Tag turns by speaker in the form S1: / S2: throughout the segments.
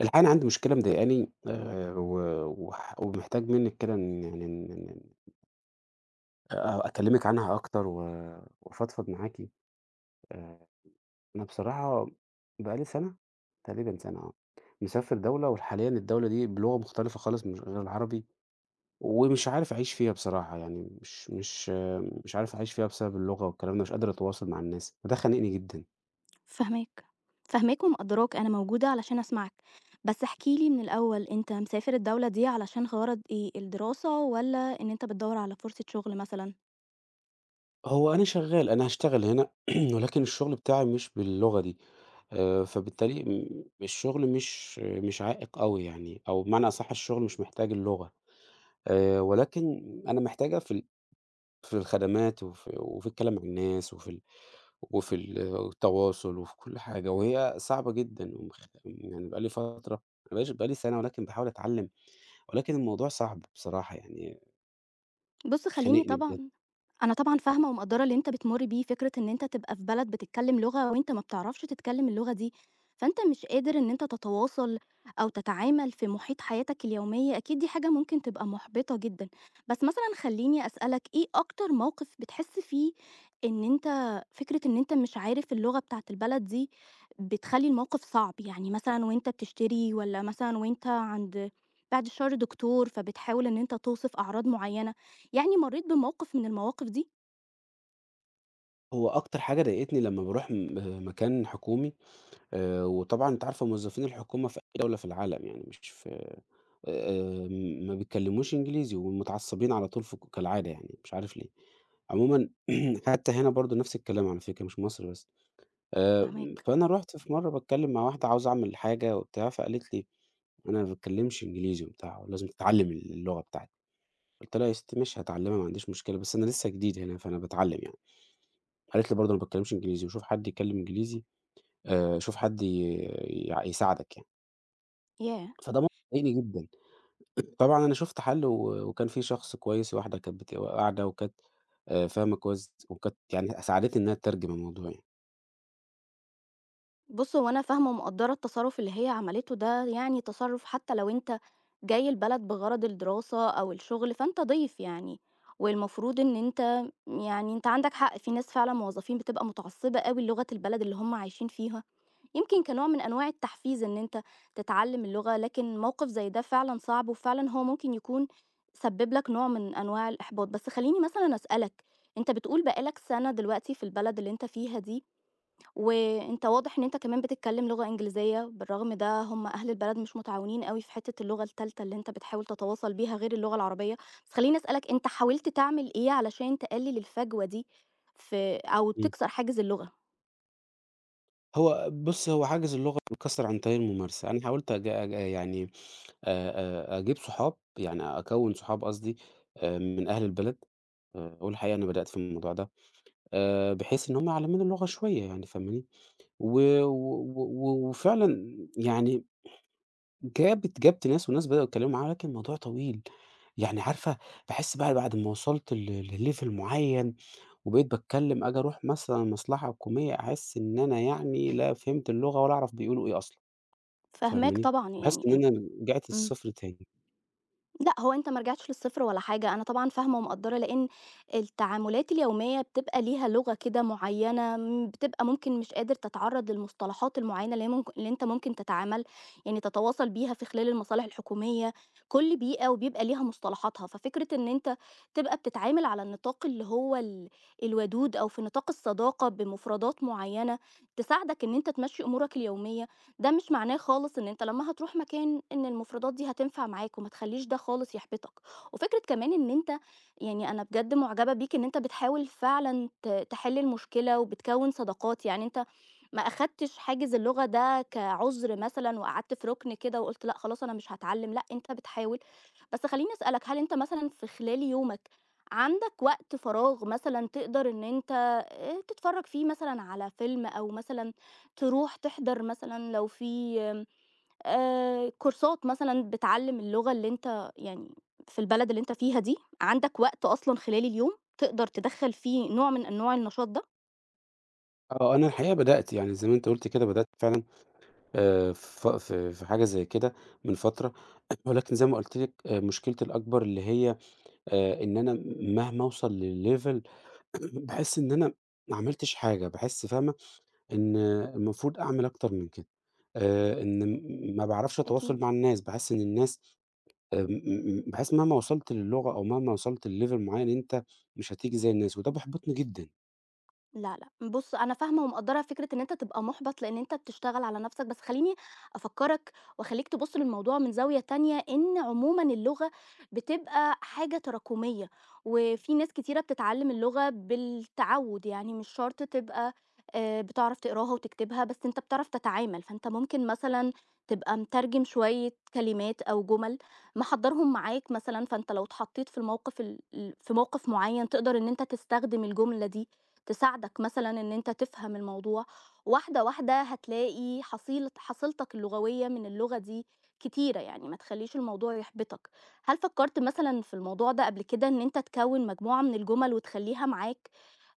S1: الحقيقة أنا عندي مشكلة مضايقاني و وح ومحتاج منِّك كده إن يعني إن إن أ أكلّمِك عنها أكتر وأفضفض معاكِ. آآ، أنا بصراحة بقى لي سَنة، تقريبًا سَنة آه، مسافر دولة وحاليًا الدولة دي بلغة مختلفة خالص مش غير العربي، ومش عارف أعيش فيها بصراحة، يعني مش عارف أعيش فيها بسبب اللغة والكلام ده، مش قادر أتواصل مع الناس، وده خانقني جدًا.
S2: فاهماك، فاهماك ومقدّراك، أنا موجودة علشان أسمعك، بس احكِ لي من الأول أنت مسافر الدولة دي علشان غرض إيه، الدراسة والّا إن أنت بتدوّر على فرصة شغل مثلًا؟
S1: هو أنا شغّال، أنا هاشتغل هنا ولكن الشغل بتاعي مش باللغة دي، فبالتالي الشغل مش عائق أوي يعني، أو بمعنى أصح الشغل مش محتاج اللغة، ولكن أنا محتاجها في الخدمات وفي الكلام مع الناس وفي التواصل وفي كل حاجة، وهي صعبة جدًا يعني بقى لي فترة ما بقاش بقى لي سَنة ولكن باحاول أتعلّم، ولكن الموضوع صعب بصراحة يعني
S2: بُص، خلّيني
S1: خانقني بجد.
S2: طبعًا أنا طبعًا فاهمة ومقدّرة اللي أنت بتمُر بيه، فكرة إن أنت تبقى في بلد بتتكلّم لغة وأنت ما بتعرفش تتكلّم اللغة دي، فأنت مش قادر إن أنت تتواصل أو تتعامل في محيط حياتك اليومية، أكيد دي حاجة ممكن تبقى مُحبطة جدًا. بس مثلًا خلّيني أسألك إيه أكتر موقف بتحس فيه إن أنت فكرة إن أنت مش عارف اللغة بتاعة البلد دي بتخلّي الموقف صعب؟ يعني مثلًا وأنت بتشتري والّا مثلًا وأنت عند بعد الشر دكتور، فبتحاول إن أنت توصف أعراض معيّنة؟ يعني مرّيت بموقِف من المواقِف دي؟
S1: هو أكتر حاجة ضايقتني لمّا باروح مكان حكومي وطبعًا أنتِ عارفة موظفين الحكومة في أي دولة في العالم يعني مش في آآ ما بيتكلموش إنجليزي ومتعصبين على طول ف كالعادة يعني مش عارف ليه. عمومًا حتى هنا برضه نفس الكلام على فكرة مش مصر بس. آآ
S2: فاهماك.
S1: فأنا رُحت في مرّة باتكلم مع واحدة عاوزة أعمل حاجة وبتاع، فقالت لي: "أنا ما باتكلمش إنجليزي وبتاع ولازم تتعلم اللغة بتاعتي." قُلت لها: "يا ستي ماشي هاتعلمها ما عنديش مشكلة بس أنا لسه جديد هنا فأنا باتعلم يعني." قالت لي: "برضه أنا ما باتكلمش إنجليزي وشوف حد يتكلم إنجليزي شوف حد ي يع يساعدك يعني."
S2: ياه!
S1: فده موقف مضايقني جدًا. طبعًا أنا شُفت حَل وكان في شخص كويس واحدة كانت بت قاعدة وكانت فاهمة كويس وكانت يعني ساعدتني إنّها تترجم الموضوع يعني.
S2: بُص، هو أنا فاهمة ومقدّرة التصرُّف اللي هي عملته ده، يعني تصرُّف حتّى لو أنت جاي البلد بغرض الدراسة أو الشُغل، فأنت ضيف يعني، والمفروض إن أنت، يعني أنت عندك حق، في ناس فعلًا موظّفين بتبقى متعصِّبة أوي للغة البلد اللي هم عايشين فيها. يمكن كنوع من أنواع التحفيز إن أنت تتعلم اللغة، لكن موقف زي ده فعلًا صعب، وفعلًا هو ممكن يكون سبِّب لك نوع من أنواع الإحباط. بس خلّيني مثلًا أسألك، أنت بتقول بقى لك سَنة دلوقتي في البلد اللي أنت فيها دي، وأنت واضح إن أنت كمان بتتكلم لغة إنجليزية، بالرغم ده هم أهل البلد مش متعاونين أوي في حتّة اللغة التالتة اللي أنت بتحاول تتواصل بيها غير اللغة العربية. بس خلّيني أسألك، أنت حاولت تعمل إيه علشان تقلل الفجوة دي، في أو
S1: إمم.
S2: تكسر حاجز اللغة؟
S1: هو بُصّ، هو حاجز اللغة بيتكسّر عن طريق الممارسة. أنا حاولت أج أج يعني آآ أجيب صحاب، يعني أكوِّن صحاب قصدي من أهل البلد، والحقيقة أنا بدأت في الموضوع ده بحيث إن هم يعلّموني اللغة شوية يعني فاهماني؟ و و و وفعلًا يعني جابت ناس وناس بدأوا يتكلموا معاها ولكن الموضوع طويل، يعني عارفة باحس بقى بعد ما وصلت ل لlevel معين وبقيت باتكلم أروح مثلًا مصلحة حكومية أحس إن أنا يعني لا فهمت اللغة ولا أعرف بيقولوا إيه أصلًا،
S2: فاهماك
S1: فاهماني؟
S2: طبعًا،
S1: باحس
S2: يعني
S1: إن
S2: ال
S1: أنا رجعت
S2: إمم.
S1: للصفر تاني.
S2: لأ، هو أنت ما رجعتش للصفر ولا حاجة، أنا طبعًا فاهمة ومقدّرة، لإن التعاملات اليومية بتبقى ليها لغة كده معيّنة، بتبقى ممكن مش قادر تتعرّض للمصطلحات المعيّنة اللي أنت ممكن تتعامل، يعني تتواصل بيها في خلال المصالح الحكومية، كل بيئة وبيبقى ليها مصطلحاتها، ففكرة إن أنت تبقى بتتعامل على النطاق اللي هو الودود أو في نطاق الصداقة بمفردات معيّنة، تساعدك إن أنت تمشّي أمورك اليومية. ده مش معناه خالص إن أنت لمّا هتروح مكان إن المفردات دي هتنفع معاك، وما تخلّيش ده خالص يحبطك، وفكرة كمان إن أنت يعني أنا بجد معجبة بيك إن أنت بتحاول فعلًا تحل المشكلة وبتكوّن صداقات، يعني أنت ما أخدتش حاجز اللغة ده كعُذر مثلًا وقعدت في رُكن كده وقُلت لأ خلاص أنا مش هاتعلّم، لأ أنت بتحاول. بس خلّيني أسألك، هل أنت مثلًا في خلال يومك عندك وقت فراغ مثلًا تقدر إن أنت تتفرّج فيه مثلًا على فيلم، أو مثلًا تروح تحضر مثلًا لو في آمم، كورسات مثلًا بتعلّم اللغة اللي أنت يعني في البلد اللي أنت فيها دي، عندك وقت أصلًا خلال اليوم تقدر تدخّل فيه نوع من أنواع النشاط ده؟
S1: آه، أنا الحقيقة بدأت يعني زي ما أنتِ قلتِ كده بدأت فعلًا ف في في حاجة زي كده من فترة، ولكن زي ما قلت لِك مشكلتي الأكبر اللي هي إن أنا مهما أوصل لlevel باحس إن أنا ما عملتش حاجة، باحس فاهمة، إن المفروض أعمل أكتر من كده، إن ما باعرفش
S2: أكيد.
S1: أتواصل مع الناس، باحس إن الناس م م باحس مهما وصلت للغة أو مهما وصلت لlevel معين أنت مش هتيجي زي الناس، وده بيحبطني جدًا.
S2: لا، لأ، بُص أنا فاهمة ومقدّرة فكرة إن أنت تبقى مُحبَط لإن أنت بتشتغل على نَفْسك، بس خلّيني أفكّرك وأخلّيك تبُص للموضوع من زاوية تانية، إن عمومًا اللغة بتبقى حاجة تراكمية، وفي ناس كتيرة بتتعلّم اللغة بالتعوُّد، يعني مش شرط تبقى بتعرف تقراها وتكتبها، بس أنت بتعرف تتعامل، فأنت ممكن مثلًا تبقى مترجم شوية كلمات أو جُمَل محضّرهم معاك مثلًا، فأنت لو اتحطّيت في الموقِف ال ال في موقِف معيّن تقدر إن أنت تستخدم الجملة دي. تساعدك مثلًا إن أنت تفهم الموضوع، واحدة، واحدة هتلاقي حصيلتك اللغوية من اللغة دي كتيرة، يعني ما تخلّيش الموضوع يحبطك. هل فكّرت مثلًا في الموضوع ده قبل كده إن أنت تكوِّن مجموعة من الجُمل وتخلّيها معاك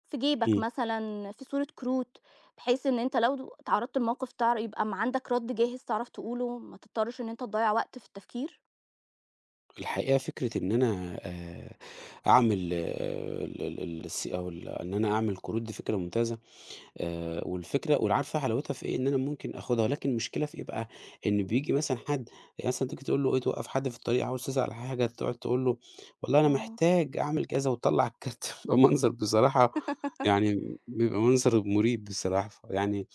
S2: في جيبك
S1: إمم.
S2: مثلًا، في صورة كروت، بحيث إن أنت لو اتعرّضت لموقف يبقى ما عندك رَد جاهز تعرف تقوله، ما تضطرّش إن أنت تضيّع وقت في التفكير؟
S1: الحقيقة فكرة إن أنا أعمل آه، ال ال ال- الس أو ال إن أنا أعمل كروت دي فكرة ممتازة. والفكرة والعارفة حلاوتها في إيه، إن أنا ممكن آخُدها، ولكن المشكلة في إيه بقى، إن بييجي مثلًا حد يعني مثلًا تيجي تقول له إيه، توقّف حد في الطريق عاوز تسأل على حاجة، تقعد تقول له والله أنا
S2: آه،
S1: محتاج أعمل كذا وتطلّع الكارت، بيبقى منظر بصراحة يعني بيبقى منظر مريب بصراحة، يعني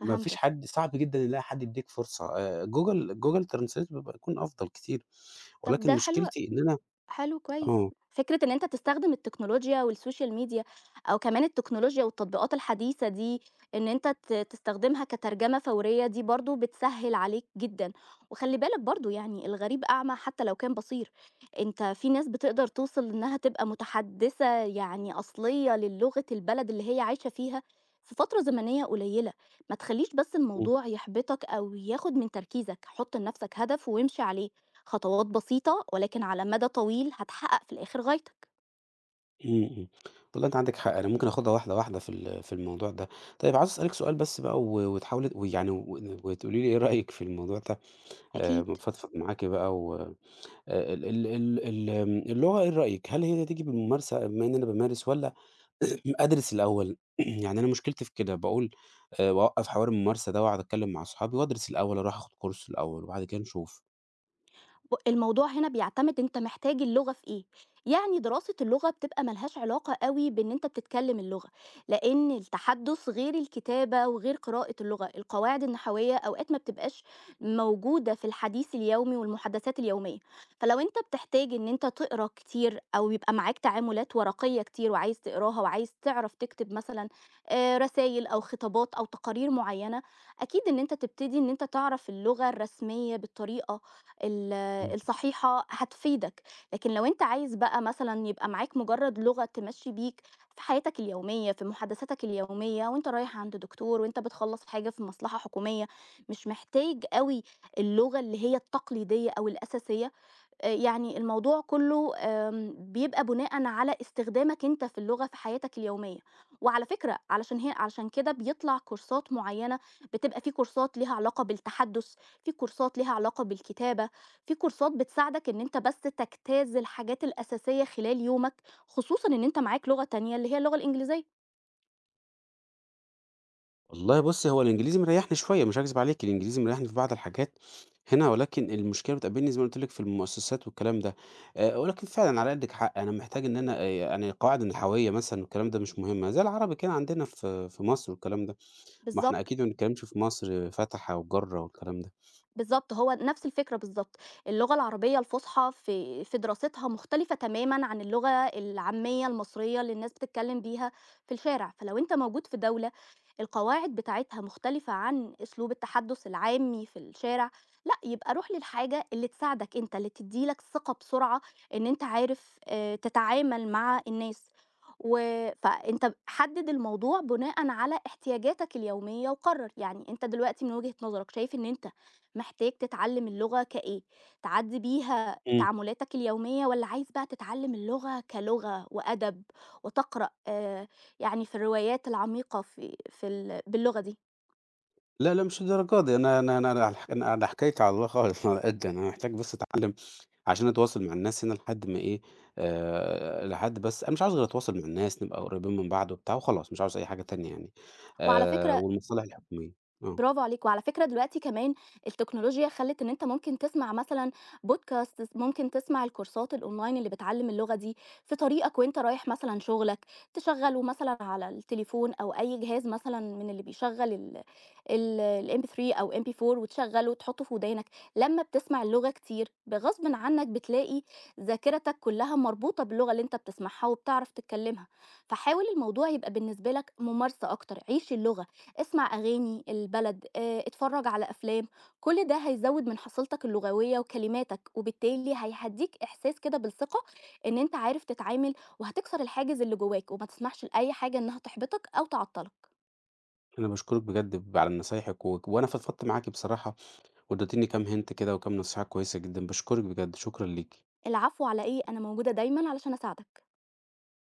S1: ما فيش حد صعب جدًا يلاقي حد يدّيك فرصة، Google translate بيبقى يكون أفضل كتير،
S2: طَب
S1: ولكن
S2: ده حلو
S1: مشكلتي إن أنا
S2: حلو
S1: آه،
S2: كويس.
S1: إمم.
S2: فكرة إن أنت تستخدم التكنولوجيا والسوشيال ميديا، أو كمان التكنولوجيا والتطبيقات الحديثة دي، إن أنت تستخدمها كترجمة فورية، دي برضه بتسهّل عليك جدًا، وخلّي بالك برضه، يعني الغريب أعمى حتى لو كان بصير، أنت في ناس بتقدر توصل إنها تبقى متحدثة يعني أصلية للغة البلد اللي هي عايشة فيها في فترة زمنية قليلة، ما تخلّيش بس الموضوع يحبطك أو ياخد من تركيزك، حُط لنفسك هدف وامشي عليه. خطوات بسيطة ولكن على مدى طويل هتحقق في الآخر غايتك.
S1: إمم، إمم. والله أنت عندك حق، أنا ممكن آخدها واحدة واحدة في الموضوع ده. طيب عاوز أسألِك سؤال بس بقى و وتحاولي ويعني و وتقولي لي إيه رأيِك في الموضوع ده،
S2: أكيد.
S1: بافضفض معاكِ بقى و ال ال ال ال آمم، اللغة إيه رأيِك، هل هي تيجي بالممارسة بما إن أنا بامارس والّا أدرس الأول؟ يعني أنا مشكلتي في كده، باقول باوقّف حوار الممارسة ده وأقعد أتكلم مع صحابي وأدرس الأول، أروح آخد كورس الأول وبعد كده نشوف.
S2: الموضوع هنا بيعتمد أنت محتاج اللغة في إيه، يعني دراسة اللغة بتبقى ما لهاش علاقة أوي بإن أنت بتتكلم اللغة، لإن التحدث غير الكتابة وغير قراءة اللغة، القواعد النحوية أوقات ما بتبقاش موجودة في الحديث اليومي والمحادثات اليومية، فلو أنت بتحتاج إن أنت تقرا كتير أو يبقى معاك تعاملات ورقية كتير وعايز تقراها وعايز تعرف تكتب مثلًا رسايل أو خطابات أو تقارير معينة، أكيد إن أنت تبتدي إن أنت تعرف اللغة الرسمية بالطريقة ال
S1: إمم.
S2: الصحيحة هتفيدك، لكن لو أنت عايز بقى مثلًا يبقى معاك مجرد لغة تمشّي بيك في حياتك اليومية، في محادثاتك اليومية وأنت رايح عند دكتور وأنت بتخلّص حاجة في مصلحة حكومية، مش محتاج أوي اللغة اللي هي التقليدية أو الأساسية. يعني الموضوع كُلّه بيبقى بُناءً على استخدامك أنت في اللغة في حياتك اليومية، وعلى فكرة علشان كده بيطلع كورسات معيّنة، بتبقى في كورسات ليها علاقة بالتحدُّث، في كورسات ليها علاقة بالكتابة، في كورسات بتساعدك إن أنت بس تجتاز الحاجات الأساسية خلال يومك، خصوصًا إن أنت معاك لغة تانية اللي هي اللغة الإنجليزية.
S1: والله بُصّي، هو الإنجليزي مريّحني شوية مش هاكذب عليكِ، الإنجليزي مريّحني في بعض الحاجات هنا، ولكن المشكلة بتقابلني زي ما قُلت لِك في المؤسسات والكلام ده، ولكن فعلًا على قدِّك حق، أنا محتاج إن أنا يعني قواعد النحوية مثلًا والكلام ده مش مهمة، زي العربي كده عندنا في مصر والكلام ده، ما إحنا
S2: بالضبط.
S1: أكيد ما بنتكلمش في مصر فَتَحَ وَجَرَّ والكلام ده.
S2: بالضبط، هو نفس الفكرة بالضبط. اللغة العربية الفُصحى في دراستها مختلفة تمامًا عن اللغة العامية المصرية اللي الناس بتتكلّم بيها في الشارع، فلو أنت موجود في دولة القواعد بتاعتها مختلفة عن أسلوب التحدُّث العامي في الشارع، لأ، يبقى روح للحاجة اللي تساعدك أنت، اللي تدّي لك ثقة بسرعة إن أنت عارف تتعامل مع الناس. و فأنت حدِّد الموضوع بناءً على احتياجاتك اليومية وقرَّر، يعني أنت دلوقتي من وجهة نظرك شايف إن أنت محتاج تتعلم اللغة كإيه؟ تعدّي بيها
S1: إمم.
S2: تعاملاتك اليومية والّا عايز بقى تتعلم اللغة كلغة وأدب وتقرأ يعني في الروايات العميقة في في ال باللغة دي؟
S1: لا، لا مش للدرجة دي، أنا أنا أنا أنا ح أنا أنا حكايتي على الله خالص، على قدّي، أنا محتاج بس أتعلّم عشان أتواصل مع الناس هنا لحد ما إيه، لحد بس أنا مش عاوز غير أتواصل مع الناس، نبقى قريبين من بعض وبتاع وخلاص، مش عاوز أي حاجة تانية يعني،
S2: وعلى فكرة
S1: والمصالح الحكومية، آه.
S2: برافو عليك، وعلى فكرة دلوقتي كمان التكنولوجيا خلّت إن أنت ممكن تسمع مثلًا podcast، ممكن تسمع الكورسات الأونلاين اللي بتعلّم اللغة دي في طريقك وأنت رايح مثلًا شغلك، تشغّله مثلًا على التليفون أو أي جهاز مثلًا من اللي بيشغّل ال ال الMP3 أو MP4 وتشغّله وتحطّه في ودانك، لمّا بتسمع اللغة كتير بغصبٍ عنّك بتلاقي ذاكرتك كلّها مربوطة باللغة اللي أنت بتسمعها وبتعرف تتكلّمها، فحاول الموضوع يبقى بالنسبة لك ممارسة أكتر، عيش اللغة. اسمع أغاني البلد، آه، اتفرج على أفلام، كل ده هيزود من حصيلتك اللغوية وكلماتك وبالتالي هيهديك إحساس كده بالثقة إن أنت عارف تتعامل، وهتكسر الحاجز اللي جواك وما تسمحش لأي حاجة إنها تحبطك أو تعطلك.
S1: أنا باشكرِك بجد على نصايحِك وأنا فضفضت معاكِ بصراحة وادّيتيني كام hint كده وكام نصيحة كويسة جدًا، باشكرِك بجد، شكرًا ليكِ.
S2: العفو على إيه، أنا موجودة دايما علشان أساعدك.